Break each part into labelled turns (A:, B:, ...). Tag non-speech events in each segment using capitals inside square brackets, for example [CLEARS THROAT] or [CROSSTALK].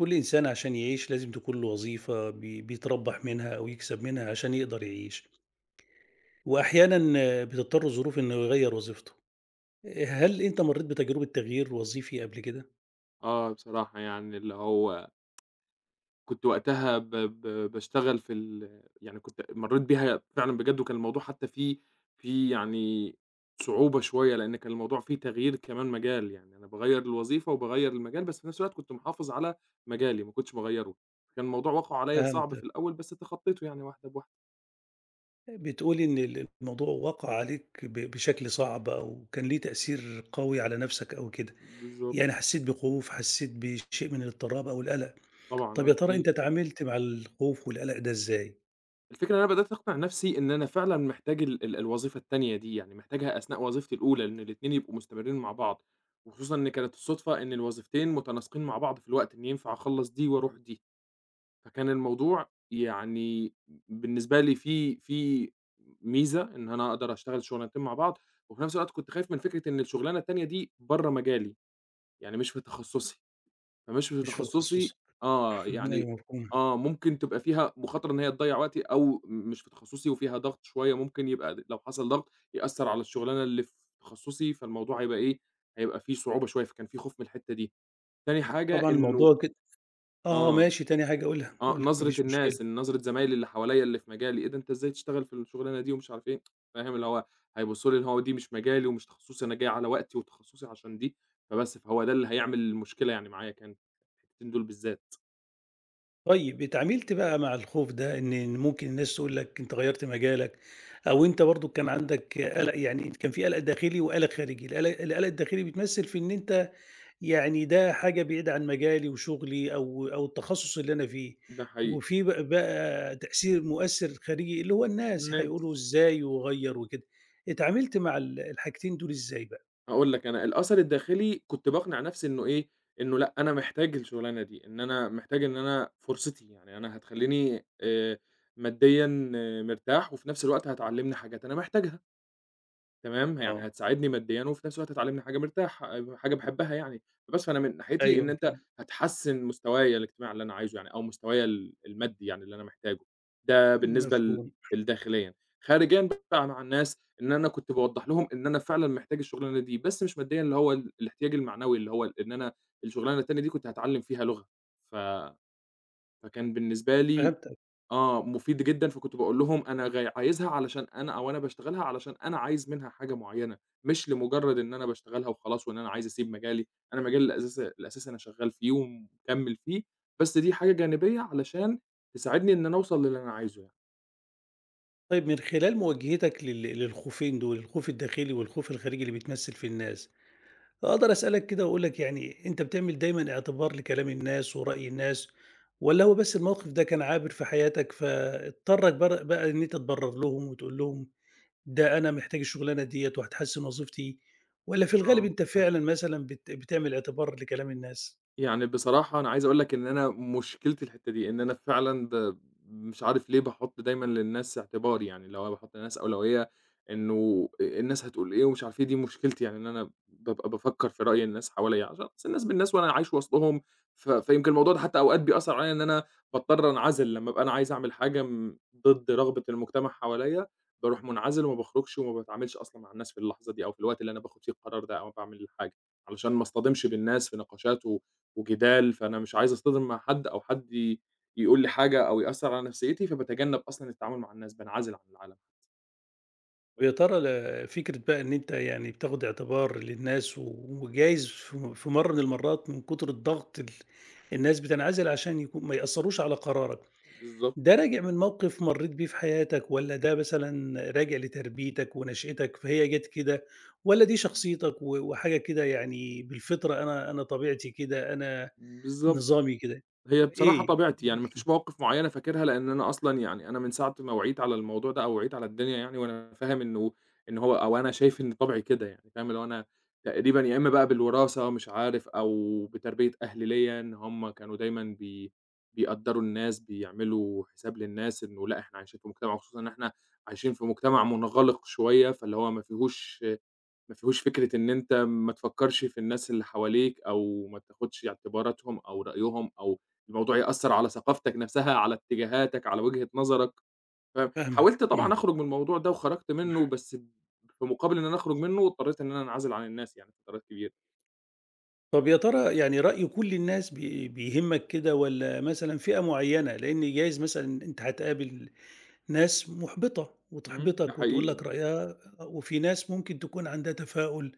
A: كل إنسان عشان يعيش لازم تكون له وظيفة بيتربح منها أو يكسب منها عشان يقدر يعيش. وأحيانا بتضطر الظروف إنه يغير وظيفته. هل أنت مريت بتجربة تغيير وظيفي قبل كده؟
B: بصراحة يعني اللي هو كنت وقتها ب ب باشتغل في ال يعني كنت مرّيت بيها فعلًا بجد، وكان الموضوع حتى فيه يعني صعوبة شوية، لإن كان الموضوع فيه تغيير كمان مجال، يعني أنا باغيّر الوظيفة وباغيّر المجال، بس في نفس الوقت كنت محافظ على مجالي، ما كنتش باغيّره، كان الموضوع واقعُه عليَّ
A: فهمت.
B: صعب في الأول، بس تخطيته يعني واحدة بواحدة.
A: بتقولي إن الموضوع وقع عليك بشكل صعب، أو كان ليه تأثير قوي على نفسك أو كده.
B: بالضبط.
A: يعني حسيت بخوف، حسيت بشيء من الاضطراب أو القلق.
B: طبعًا،
A: طب
B: آه،
A: يا ترى
B: كتير.
A: أنت تعاملت مع الخوف والقلق ده إزاي؟
B: الفكرة إن أنا بدأت أقنع نفسي إن أنا فعلًا محتاج ال ال الوظيفة التانية دي، يعني محتاجها أثناء وظيفتي الأولى، لإن الاتنين يبقوا مستمرين مع بعض، وخصوصًا إن كانت الصدفة إن الوظيفتين متناسقين مع بعض في الوقت، إن ينفع أخلّص دي وأروح دي، فكان الموضوع يعني بالنسبة لي فيه ميزة إن أنا أقدر أشتغل شغلانتين مع بعض، وفي نفس الوقت كنت خايف من فكرة إن الشغلانة التانية دي برّه مجالي، يعني مش في تخصصي. فمش في
A: مش في الخصوص.
B: تخصُّصي.
A: [LAUGHS] [CLEARS THROAT]
B: يعني،
A: أيوه مفهوم.
B: ممكن تبقى فيها مخاطرة إن هي تضيّع وقتي أو مش في تخصُّصي وفيها ضغط شوية، ممكن يبقى لو حصل ضغط يأثّر على الشغلانة اللي في تخصُّصي، فالموضوع هيبقى إيه، هيبقى في صعوبة شوية، فكان في خوف من الحتّة دي. تاني حاجة
A: طبعا
B: إنه
A: الموضوع كده. آه
B: آه،
A: ماشي، تاني حاجة قُلها، قُلها ما
B: نظرة
A: فيش مشكلة.
B: الناس، إن نظرة زمايلي اللي حواليّا اللي في مجالي، إيه ده أنت إزاي تشتغل في الشغلانة دي ومش عارف إيه، فاهم، اللي هو هيبصّوا لي اللي هو دي مش مجالي ومش تخصُّصي، أنا جاي على وقتي وتخصُّصي عشان دي، فبس، فهو ده اللي هيعمل مشكلة يعني معايا، كان الحتّتين دول بالذات.
A: طيب اتعاملت بقى مع الخوف ده، إن ممكن الناس تقول لك أنت غيّرت مجالك، أو أنت برضه كان عندك قَلَق. يعني كان في قَلَق داخلي وقَلَق خارجي، القَلَق الداخلي بيتمثّل في إن أنت يعني ده حاجة بعيدة عن مجالي وشغلي أو التخصُّص اللي أنا فيه،
B: ده حقيقي.
A: وفي بقى تأثير مؤثِّر خارجي اللي هو الناس هيقولوا
B: الناس.
A: إزاي وغيّر وكده. اتعاملت مع الحاجتين دول إزاي بقى؟
B: هاقول لك أنا الأثر الداخلي كنت باقنع نفسي إنه إيه، إنه لأ أنا محتاج الشغلانة دي، إن أنا محتاج إن أنا فرصتي، يعني أنا هتخلّيني ماديًا، آه، مرتاح، وفي نفس الوقت هتعلّمني حاجات أنا محتاجها. تمام، يعني
A: آه،
B: هتساعدني ماديًا وفي نفس الوقت هتعلّمني حاجة مرتاح، حاجة باحبها يعني، فبس فأنا من ناحيتي
A: أيوه
B: إن أنت
A: مفهوم،
B: هتحسّن مستوايا الاجتماعي اللي أنا عايزه يعني أو مستوايا ال المادي يعني اللي أنا محتاجه، ده بالنسبة ل
A: مفهوم،
B: لداخليًا. خارجيًا بقى مع الناس، إن أنا كنت باوضّح لهم إن أنا فعلًا محتاج الشغلانة دي، بس مش ماديًا، اللي هو الاحتياج المعنوي، اللي هو إن أنا الشغلانة التانية دي كنت هاتعلّم فيها لغة، ف فكان بالنسبة لي
A: فهمت.
B: مفيد جدًا، فكنت باقول لهم أنا عايزها علشان أنا، أو أنا باشتغلها علشان أنا عايز منها حاجة معيّنة، مش لمجرد إن أنا باشتغلها وخلاص وإن أنا عايز أسيب مجالي، أنا مجالي الأساسي الأساسي أنا شغال فيه ومكمّل فيه، بس دي حاجة جانبية علشان تساعدني إن أنا أوصل للي أنا عايزه يعني.
A: طيب من خلال مواجهتك للخوفين دول، الخوف الداخلي والخوف الخارجي اللي بيتمثّل في الناس، أقدر أسألك كده وأقول لك، يعني أنت بتعمل دايمًا اعتبار لكلام الناس ورأي الناس، والّا هو بس الموقف ده كان عابر في حياتك فاضطرك بقى إن أنت تبرر لهم وتقول لهم ده أنا محتاج الشغلانة ديّة وهتحسّن وظيفتي، والّا في الغالب
B: آه.
A: أنت فعلًا مثلًا بتعمل اعتبار لكلام الناس؟
B: يعني بصراحة أنا عايز أقول لك إن أنا مشكلتي الحتّة دي، إن أنا فعلًا مش عارف ليه باحُط دايمًا للناس اعتبار يعني، اللي هو باحُط للناس أولوية، إنه الناس هتقول إيه ومش عارف إيه، دي مشكلتي يعني، إن أنا بابقى بافكّر في رأي الناس حواليّا، عشان أصل الناس بالناس وأنا عايش وسطهم، فيمكن الموضوع ده حتّى أوقات بيأثّر عليّا إن أنا باضطر أنعزل لمّا أبقى أنا عايز أعمل حاجة ضد رغبة المجتمع حواليّا، باروح منعزل وما باخرجش وما باتعاملش أصلًا مع الناس في اللحظة دي أو في الوقت اللي أنا باخُد فيه القرار ده أو باعمل الحاجة، علشان ما اصطدمش بالناس في نقاشات وجدال، فأنا مش عايز أصطدم مع حد أو حد يقول لي حاجة أو يأثّر على نفسيّتي، فباتجنّب أصلًا التعامل مع الناس، بانعزل عن العالم.
A: ويا ترى فكرة بقى إن أنت يعني بتاخد اعتبار للناس، وجايز في مرة من المرات من كتر الضغط الناس بتنعزل عشان يكون ما يأثروش على قرارك،
B: بالضبط.
A: ده راجع من موقف مريت بيه في حياتك، ولا ده مثلا راجع لتربيتك ونشأتك فهي جت كده، ولا دي شخصيتك وحاجة كده. يعني بالفطرة أنا طبيعتي كده، أنا
B: بالضبط.
A: نظامي كده.
B: هي بصراحة
A: إيه؟
B: طبيعتي، يعني ما فيش مواقف معيّنة فاكرها، لإن أنا أصلًا يعني أنا من ساعة ما وعيت على الموضوع ده أو وعيت على الدنيا يعني وأنا فاهم إنه، إن هو أو أنا شايف إن طبعي كده يعني، فاهم؟ اللي هو أنا تقريبًا يا إمّا بقى بالوراثة مش عارف أو بتربية أهلي ليّا، إن هم كانوا دايمًا بيقدّروا الناس، بيعملوا حساب للناس، إنه لأ، إحنا عايشين في مجتمع، وخصوصًا إن إحنا عايشين في مجتمع منغلق شوية، فاللي هو ما فيهوش فكرة إن أنت ما تفكّرش في الناس اللي حواليك أو ما تاخدش اعتباراتهم أو رأيهم أو الموضوع يأثّر على ثقافتك نَفْسها، على اتجاهاتك، على وجهة نظرك،
A: فاهمك.
B: فحاولت طبعًا أخرج من الموضوع ده وخرجت منّه، بس في مقابل إن أنا أخرج منّه اضطريت إن أنا أنعزل عن الناس يعني فترات كبيرة.
A: طب يا ترى يعني رأي كل الناس بيهمك كده، والّا مثلًا فئة معيّنة؟ لإن جايز مثلًا أنت هتقابل ناس مُحبطة
B: إمم. ده
A: وتحبطك وتقول
B: حقيقي،
A: لك
B: آه.
A: رأيها، وفي ناس ممكن تكون عندها تفاؤل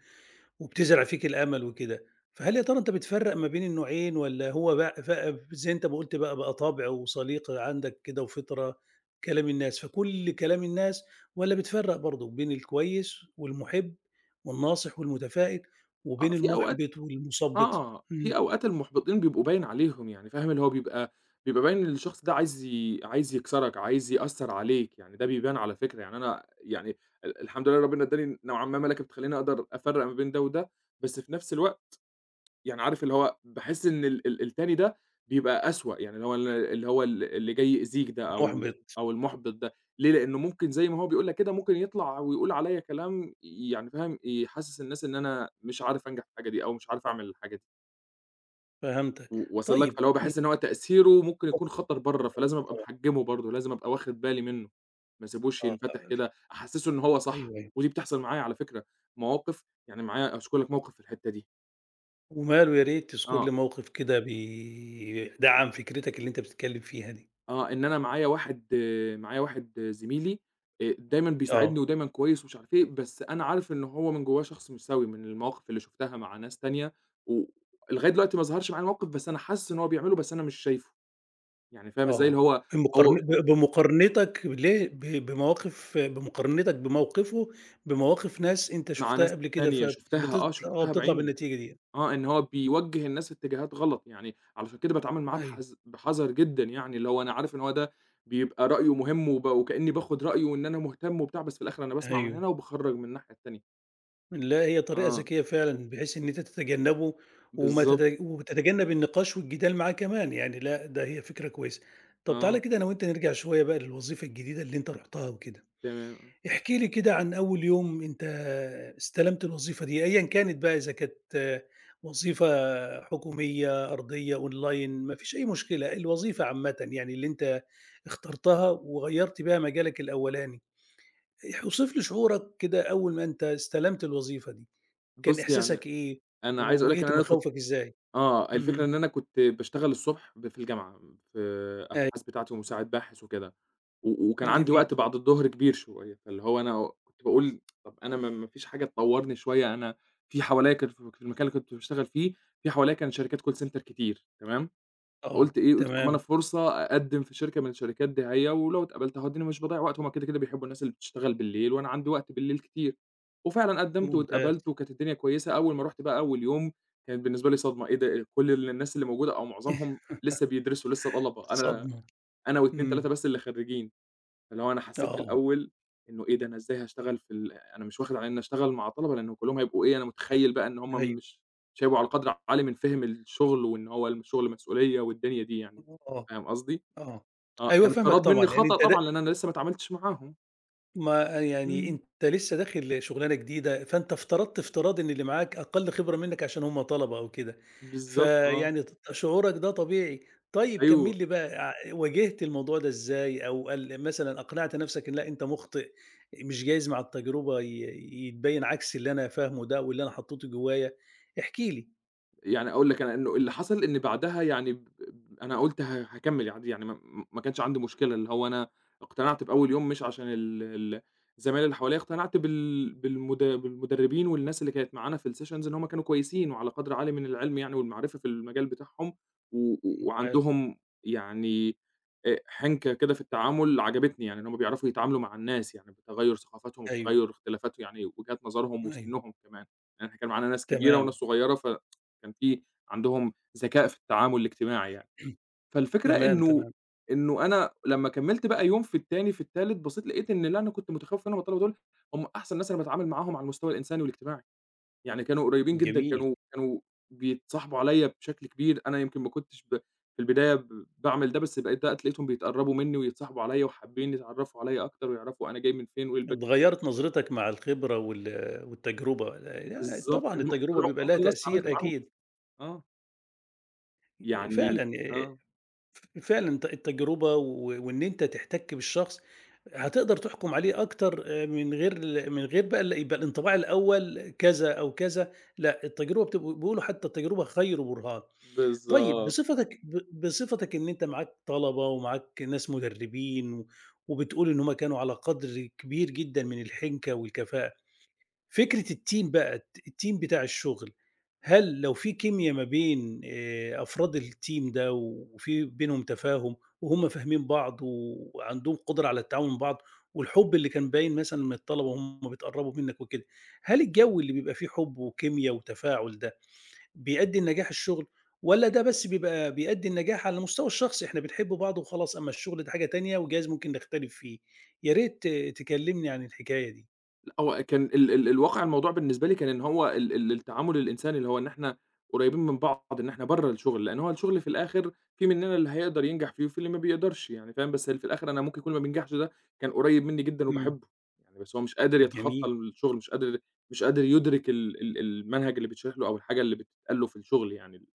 A: وبتزرع فيك الأمل وكده. فهل يا ترى أنت بتفرّق ما بين النوعين، والّا هو بقى زي أنت ما قُلت بقى، بقى طبع وسليقة عندك كده وفطرة؟ كلام الناس، فكل كلام الناس، والّا بتفرّق برضه بين الكويس والمُحِب والناصح والمتفائل،
B: آه،
A: وبين
B: في أوقات
A: المُحبِط والمُثبِّط؟
B: في
A: إمم،
B: أوقات المُحبطين بيبقوا باين عليهم، يعني فاهم، اللي هو بيبقى بيبقى باين إن الشخص ده عايز عايز يكسرك، عايز يأثّر عليك، يعني ده بيبان على فكرة، يعني أنا يعني الحمد لله ربنا ادّاني نوعًا ما مَلَكة بتخلّيني أقدر أفرّق ما بين ده وده، بس في نفس الوقت يعني عارف اللي هو باحس إن ال ال التاني ده بيبقى أسوأ، يعني اللي هو ال اللي هو ال اللي جاي يأذيك ده أو
A: مُحبِط.
B: المُحبط ده، ليه؟ لإنه ممكن زي ما هو بيقول لك كده، ممكن يطلع ويقول عليَّ كلام يعني فاهم، يحسّس الناس إن أنا مش عارف أنجح في الحاجة دي أو مش عارف أعمل الحاجة دي. و
A: فهمتك.
B: واصل لك؟
A: طيب
B: فاللي هو باحس إن هو تأثيره ممكن يكون خطر برّه، فلازم أبقى محجمه برضه، لازم أبقى واخد بالي منه، ما اسيبوش
A: آه،
B: ينفتح
A: آه،
B: كده، أحسسه إن هو صح،
A: أيوه، أيوه.
B: ودي بتحصل معايا على فكرة، مواقف يعني معايا، أذكر لك موقف في الحتة دي.
A: وماله، يا ريت تذكُر لي
B: آه،
A: موقف كده بيدعّم فكرتك اللي أنت بتتكلّم فيها دي.
B: إن أنا معايا واحد، زميلي، دايمًا بيساعدني
A: آه.
B: ودايمًا كويس ومش عارف إيه، بس أنا عارف إن هو من جوّاه شخص مش سوي، من المواقف اللي شُفتها مع ناس تانية، ولغاية دلوقتي ما ظهرش معايا الموقف، بس أنا حاسس إن هو بيعمله، بس أنا مش شايفه، يعني فاهم إزاي؟ اللي
A: آه،
B: هو هو
A: بمقارنتك ليه بمواقف، بمقارنتك بموقفه بمواقف ناس أنت
B: مع
A: شُفتها
B: ناس
A: قبل كده،
B: تانية
A: فبت
B: شُفتها،
A: بتط آه،
B: شُفتها
A: بتطلع
B: بعيني،
A: بالنتيجة ديّة،
B: إن هو بيوجّه الناس لاتجاهات غلط يعني، علشان كده باتعامل معاه
A: أيوه،
B: بحذر جدًا يعني، اللي هو أنا عارف إن هو ده بيبقى رأيه مهم وكإنّي باخُد رأيه وإن أنا مهتم وبتاع، بس في الآخر أنا باسمع من
A: أيوه،
B: هنا وباخرّج من الناحية التانية.
A: لأ هي طريقة
B: آه،
A: ذكية فعلًا بحيث إن أنت تتجنبه، وما
B: بالضبط.
A: تت وتتجنب النقاش والجدال معاه كمان. يعني لأ، ده هي فكرة كويسة. طَب تعالَ
B: آه،
A: كده أنا وأنت نرجع شوية بقى للوظيفة الجديدة اللي أنت رُحتها وكده.
B: تمام، آه.
A: احكِ لي كده عن أول يوم أنت استلمت الوظيفة دي، أيًا كانت بقى، إذا كانت وظيفة حكومية، أرضية، أونلاين، ما فيش أي مشكلة، الوظيفة عامةً يعني اللي أنت اخترتها وغيّرت بيها مجالك الأولاني. اوصف لي شعورك كده أول ما أنت استلمت الوظيفة دي، كان
B: بُص يعني
A: إحساسك إيه،
B: أنا عايز أقول لك إن
A: وواجهت
B: أنا كنت،
A: مخاوفك إزاي؟
B: الفكرة
A: اهم،
B: إن أنا كنت باشتغل الصبح في الجامعة، في
A: أيوه،
B: أبحاث بتاعتي ومساعد باحث وكده. وكان عندي
A: جميل،
B: وقت بعد الضهر كبير شوية، فاللي هو أنا كنت باقول طَب أنا ما فيش حاجة تطوّرني شوية، أنا في حواليّا كان في المكان اللي كنت باشتغل فيه، في حواليّا كان شركات call center كتير تمام،
A: آه،
B: فقُلت إيه، قُلت طَب ما أنا
A: تمام،
B: فرصة أقدّم في شركة من الشركات دي أهيّة، ولو اتقبلت أهو أديني مش باضيّع وقت، هُم كده، كده بيحبوا الناس اللي بتشتغل بالليل، وأنا عندي وقت بالليل كتير، وفعلًا قدّمت
A: ممتاز،
B: واتقبلت وكانت الدنيا كويسة. أول ما رُحت بقى أول يوم كانت بالنسبة لي صدمة، إيه ده، كل ال الناس اللي موجودة أو معظمهم لسه بيدرسوا لسه طلبة، أنا
A: الصدمة،
B: أنا و2، 3
A: إمم،
B: بس اللي خرّيجين. اللي هو أنا حسّيت في
A: آه،
B: الأول إنه إيه ده، أنا إزاي هاشتغل في أنا مش واخد على إنّي أشتغل مع طلبة لإنّه كلّهم هيبقوا إيه، أنا متخيّل بقى إن هم
A: أيوه،
B: مش هيبقوا على قدْر عالي من فِهْم الشغل وإن هو الشغل مسؤولية والدنيا دي يعني،
A: آه.
B: فاهم قصدي؟
A: آه.
B: آه،
A: أيوه
B: كان
A: فاهمك
B: افتراض
A: طبعًا.
B: منّي
A: يعني
B: خطأ
A: أنت
B: طبعًا لإن أنا لسّه ما اتعاملتش معاهم.
A: ما يعني
B: إمم،
A: أنت لسه داخل شغلانة جديدة، فأنت افترضت افتراض إن اللي معاك أقل خبرة منّك عشان هم طلبة أو كده.
B: بالضبط، آه،
A: فيعني شعورك ده طبيعي. طيب
B: أيوه.
A: كمّل لي بقى، واجهت الموضوع ده إزاي، أو مثلًا أقنعت نَفْسك إن لأ أنت مُخطئ، مش جايز مع التجربة يتبيّن عكس اللي أنا فاهمه ده واللي أنا حطّيته جوّايا؟ احكِ لي.
B: يعني أقول لك أنا إنه اللي حصل إن بعدها يعني ب ب أنا قُلت هاكمّل عادي يعني، ما كانش عندي مشكلة، اللي هو أنا اقتنعت بأول يوم مش عشان ال ال الزمايل اللي حواليّا، اقتنعت بالمدربين والناس اللي كانت معانا في الsessions، إن هم كانوا كويسين وعلى قدر عالي من العلم يعني والمعرفة في المجال بتاعهم، و و-
A: حلو.
B: وعندهم يعني حنكة كده في التعامل عجبتني، يعني إن هم بيعرفوا يتعاملوا مع الناس يعني بتغيُّر ثقافاتهم
A: أيوه،
B: وبتغيُّر اختلافات يعني وجهات نظرهم
A: أيوه.
B: وسنهم كمان، يعني إحنا كان معانا ناس كبيرة وناس
A: تمام.
B: صغيرة، ف كان في عندهم ذكاء في التعامل الاجتماعي يعني.
A: [CLEARS THROAT]
B: فالفكرة
A: تمام،
B: إنه
A: تمام.
B: إنه أنا لمّا كمّلت بقى يوم في التاني، في التالت، بصيت لقيت إن اللي أنا كنت متخوّف منهم الطلبة دول، هم أحسن ناس أنا باتعامل معاهم على المستوى الإنساني والاجتماعي، يعني كانوا قريبين جدًا،
A: جميل.
B: كانوا بيتصاحبوا عليّا بشكل كبير، أنا يمكن ما كنتش في البداية باعمل ده، بس بقيت دلوقتي لقيتهم بيتقرّبوا منّي ويتصاحبوا عليّا وحابين يتعرّفوا عليّا أكتر ويعرفوا أنا جاي من فين وإيه الباك،
A: اتغيّرت نظرتك مع الخبرة والتجربة، لأ
B: بالضبط،
A: طبعًا
B: إن هم
A: التجربة
B: طلعوا
A: بيبقى لها
B: أفضل ناس اتعاملت
A: تأثير
B: معاهم أصلًا.
A: أكيد.
B: آه، يعني،
A: فعلًا
B: آه،
A: فعلًا التجربة، وإن أنت تحتك بالشخص هتقدر تحكم عليه أكتر، من غير ال من غير بقى ال يبقى الانطباع الأول كذا أو كذا. لأ التجربة بيقولوا حتى التجربة خير برهان. طيب
B: بالضبط.
A: بصفتك بصفتك إن أنت معاك طلبة ومعاك ناس مدربين، وبتقول إن هم كانوا على قدر كبير جدًا من الحنكة والكفاءة. فكرة الteam بقى الteam بتاع الشغل، هل لو في كيميا ما بين أفراد الteam ده، وفي بينهم تفاهم، وهُم فاهمين بعض وعندهم قدرة على التعاون مع بعض، والحُب اللي كان باين مثلًا من الطلبة وهُم بيتقرّبوا منّك وكده، هل الجو اللي بيبقى فيه حُب وكيميا وتفاعل ده بيأدّي لنجاح الشغل، والّا ده بس بيبقى بيأدّي لنجاح على المستوى الشخصي؟ إحنا بنحب بعض وخلاص، أمّا الشغل ده حاجة تانية وجايز ممكن نختلف فيه؟ يا ريت آه، تكلّمني عن الحكاية دي.
B: لأ، هو كان ال ال الواقع الموضوع بالنسبة لي كان إن هو ال ال التعامل الإنساني، اللي هو إن إحنا قريبين من بعض، إن إحنا برّه الشغل، لإن هو الشغل في الآخر في مننا اللي هيقدر ينجح فيه وفي اللي ما بيقدرش يعني فاهم، بس في الآخر أنا ممكن يكون ما بينجحش ده كان قريب منّي جدًا
A: إمم،
B: وباحبه، يعني، بس هو مش قادر يتخطى
A: جميل،
B: الشغل، مش قادر، مش قادر يدرك ال ال المنهج اللي بيتشرح له أو الحاجة اللي بتتقال له في الشغل يعني.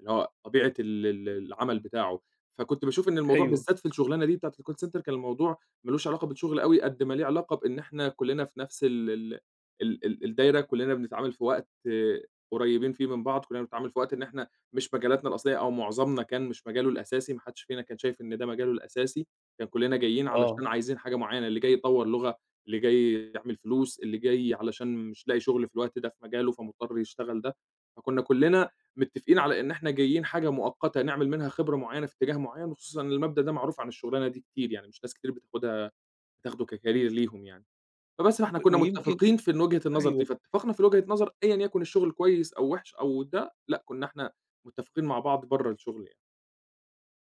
B: اللي هو طبيعة ال ال العمل بتاعه، فكنت باشوف إن الموضوع
A: أيوه.
B: بالذات في الشغلانة دي بتاعة الcall center كان الموضوع ما لوش علاقة بالشغل أوي قد ما ليه علاقة بإن إحنا كلّنا في نفس ال ال ال ال الدايرة، كلّنا بنتعامل في وقت، آه، قريبين فيه من بعض، كلّنا بنتعامل في وقت إن إحنا مش مجالاتنا الأصلية أو معظمنا كان مش مجاله الأساسي، ما حدش فينا كان شايف إن ده مجاله الأساسي، كان كلّنا جايين
A: آه،
B: علشان عايزين حاجة معيّنة، اللي جاي يطوّر لغة، اللي جاي يعمل فلوس، اللي جاي علشان مش لاقي شغل في الوقت ده في مجاله فمضطر يشتغل ده، فكنا كلّنا متّفقين على إن إحنا جايين حاجة مؤقتة نعمل منها خبرة معيّنة في اتجاه معيّن، وخصوصًا إن المبدأ ده معروف عن الشغلانة دي كتير، يعني مش ناس كتير بتاخده كcareer ليهم يعني. فبس فإحنا كنا
A: ويمكن
B: متّفقين في إن وجهة النظر دي،
A: أيوه،
B: فاتفقنا في وجهة نظر أيًا يكن الشغل كويس أو وِحِش أو ده، لأ كنا إحنا متّفقين مع بعض برّه الشغل يعني.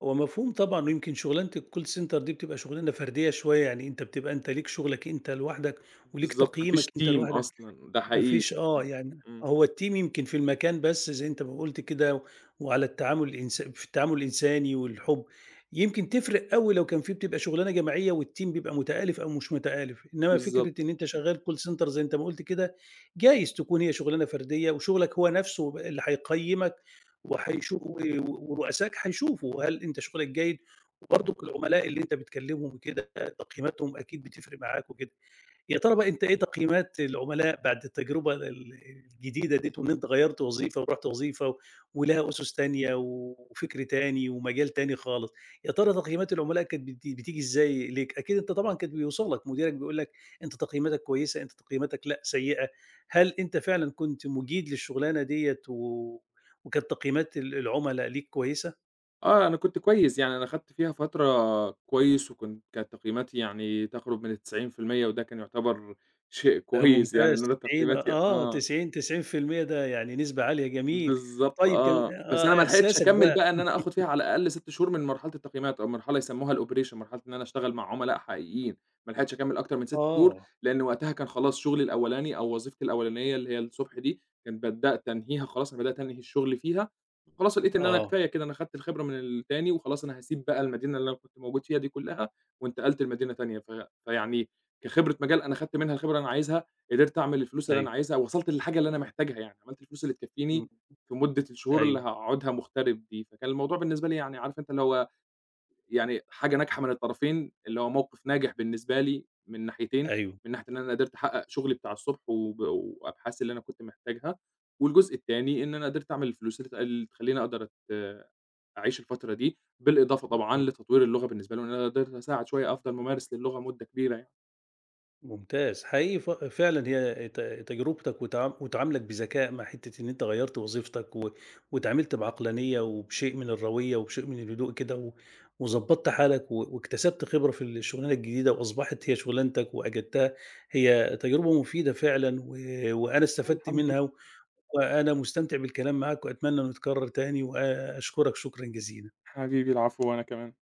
A: هو مفهوم طبعًا. ويمكن شُغلانة الcall center دي بتبقى شُغلانة فردية شوية، يعني أنت بتبقى أنت ليك شُغلك أنت لوحدك، وليك
B: بالضبط، ما فيش
A: تقييمك أنت
B: team
A: لوحدك.
B: أصلًا، ده
A: ما
B: حقيقي.
A: فيش آه، يعني
B: إمم،
A: هو الteam يمكن في المكان بس زي أنت ما قُلت كده. وعلى التعامل الإنس في التعامل الإنساني والحُب، يمكن تفرق أوي لو كان في بتبقى شغلانة جماعية والteam بيبقى متآلف أو مش متآلف. إنما
B: بالضبط.
A: فكرة إن أنت شغال call center زي أنت ما قُلت كده، جايز تكون هي شغلانة فردية، وشغلك هو نفسه اللي هيقيّمك وهيشو و ورؤسائك هيشوفوا هل أنت شغلك جيد، وبرضك العملاء اللي أنت بتكلمهم وكده تقييماتهم أكيد بتفرق معاك وكده. يا ترى بقى أنت إيه تقييمات العملاء بعد التجربة الجديدة ديّة، وإن أنت غيّرت وظيفة ورُحت وظيفة ولها أسس تانية وفكر تاني ومجال تاني خالص، يا ترى تقييمات العملاء كانت بتيجي إزاي ليك؟ أكيد أنت طبعًا كان بيوصل لك، مديرك بيقول لك أنت تقييماتك كويسة، أنت تقييماتك لأ سيئة. هل أنت فعلًا كنت مُجيد للشغلانة ديّة، وكانت تقييمات العملاء ليك كويسة؟
B: آه، أنا كنت كويس، يعني أنا خدت فيها فترة كويس وكنت كانت تقييماتي يعني تقرب من ال90%، وده كان يعتبر شيء
A: ده
B: كويس يعني،
A: ممتاز
B: إن أنا
A: 90،
B: تقييماتي،
A: آه،
B: آه،
A: 90 90% ده يعني نسبة عالية جميل.
B: بالضبط،
A: طيب كان
B: آه، بس أنا ما
A: آه،
B: لحقتش
A: إحساسك
B: أكمّل
A: بقى
B: بقى إن أنا آخُد فيها على الأقل 6 شهور من مرحلة التقييمات أو مرحلة يسمّوها الoperation، مرحلة إن أنا أشتغل مع عُملاء حقيقيين، ما لحقتش أكمّل أكتر من 6 شهور،
A: آه،
B: لإن وقتها كان خلاص شغلي الأولاني أو وظيفتي الأولانية اللي هي الصبح دي، كنت بدأت أنهيها خلاص، أنا بدأت أنهي الشغل فيها، خلاص لقيت إن أنا
A: آه،
B: كفاية كده، أنا خدت الخبرة من التاني وخلاص أنا هاسيب بقى المدينة اللي أنا كنت موجود فيها دي كلّها وانتقلت لمدينة تانية، فيعني كخبرة مجال أنا خدت منها الخبرة اللي أنا عايزها، قدرت أعمل الفلوس اللي أنا
A: أيوه،
B: عايزها، وصلت للحاجة اللي أنا محتاجها يعني، عملت الفلوس اللي تكفّيني
A: إمم،
B: في مدة الشهور اللي
A: أيوه،
B: هاقعدها مغترب دي، فكان الموضوع بالنسبة لي يعني عارف أنت اللي هو، يعني حاجة ناجحة من الطرفين، اللي هو موقف ناجح بالنسبة لي من ناحيتين،
A: أيوه،
B: من ناحية إن أنا قدرت أحقق شغلي بتاع الصبح وأبحاثي اللي أنا كنت محتاجها، والجزء التاني إن أنا قدرت أعمل الفلوس اللي اللي تخلّيني أقدر أعيش الفترة دي، بالإضافة طبعًا
A: م
B: لتطوير اللغة بالنسبة لي، وإن أنا قدرت أساعد شوية أفضل ممارس للغة مدة كبيرة يعني.
A: ممتاز حقيقي. فعلًا هي تجربتك وتعاملك بذكاء مع حتّة إن أنت غيّرت وظيفتك، واتعاملت بعقلانية وبشيء من الرويّة وبشيء من الهدوء كده، وضبّطت حالك، واكتسبت خبرة في الشغلانة الجديدة وأصبحت هي شغلانتك وأجدتها. هي تجربة مفيدة فعلًا، وأنا
B: آه،
A: استفدت
B: الحمد
A: منها،
B: لله.
A: وأنا مستمتع بالكلام معاك وأتمنى إنه يتكرر تاني، وأشكرك شكرًا جزيلًا.
B: حبيبي العفو وأنا كمان.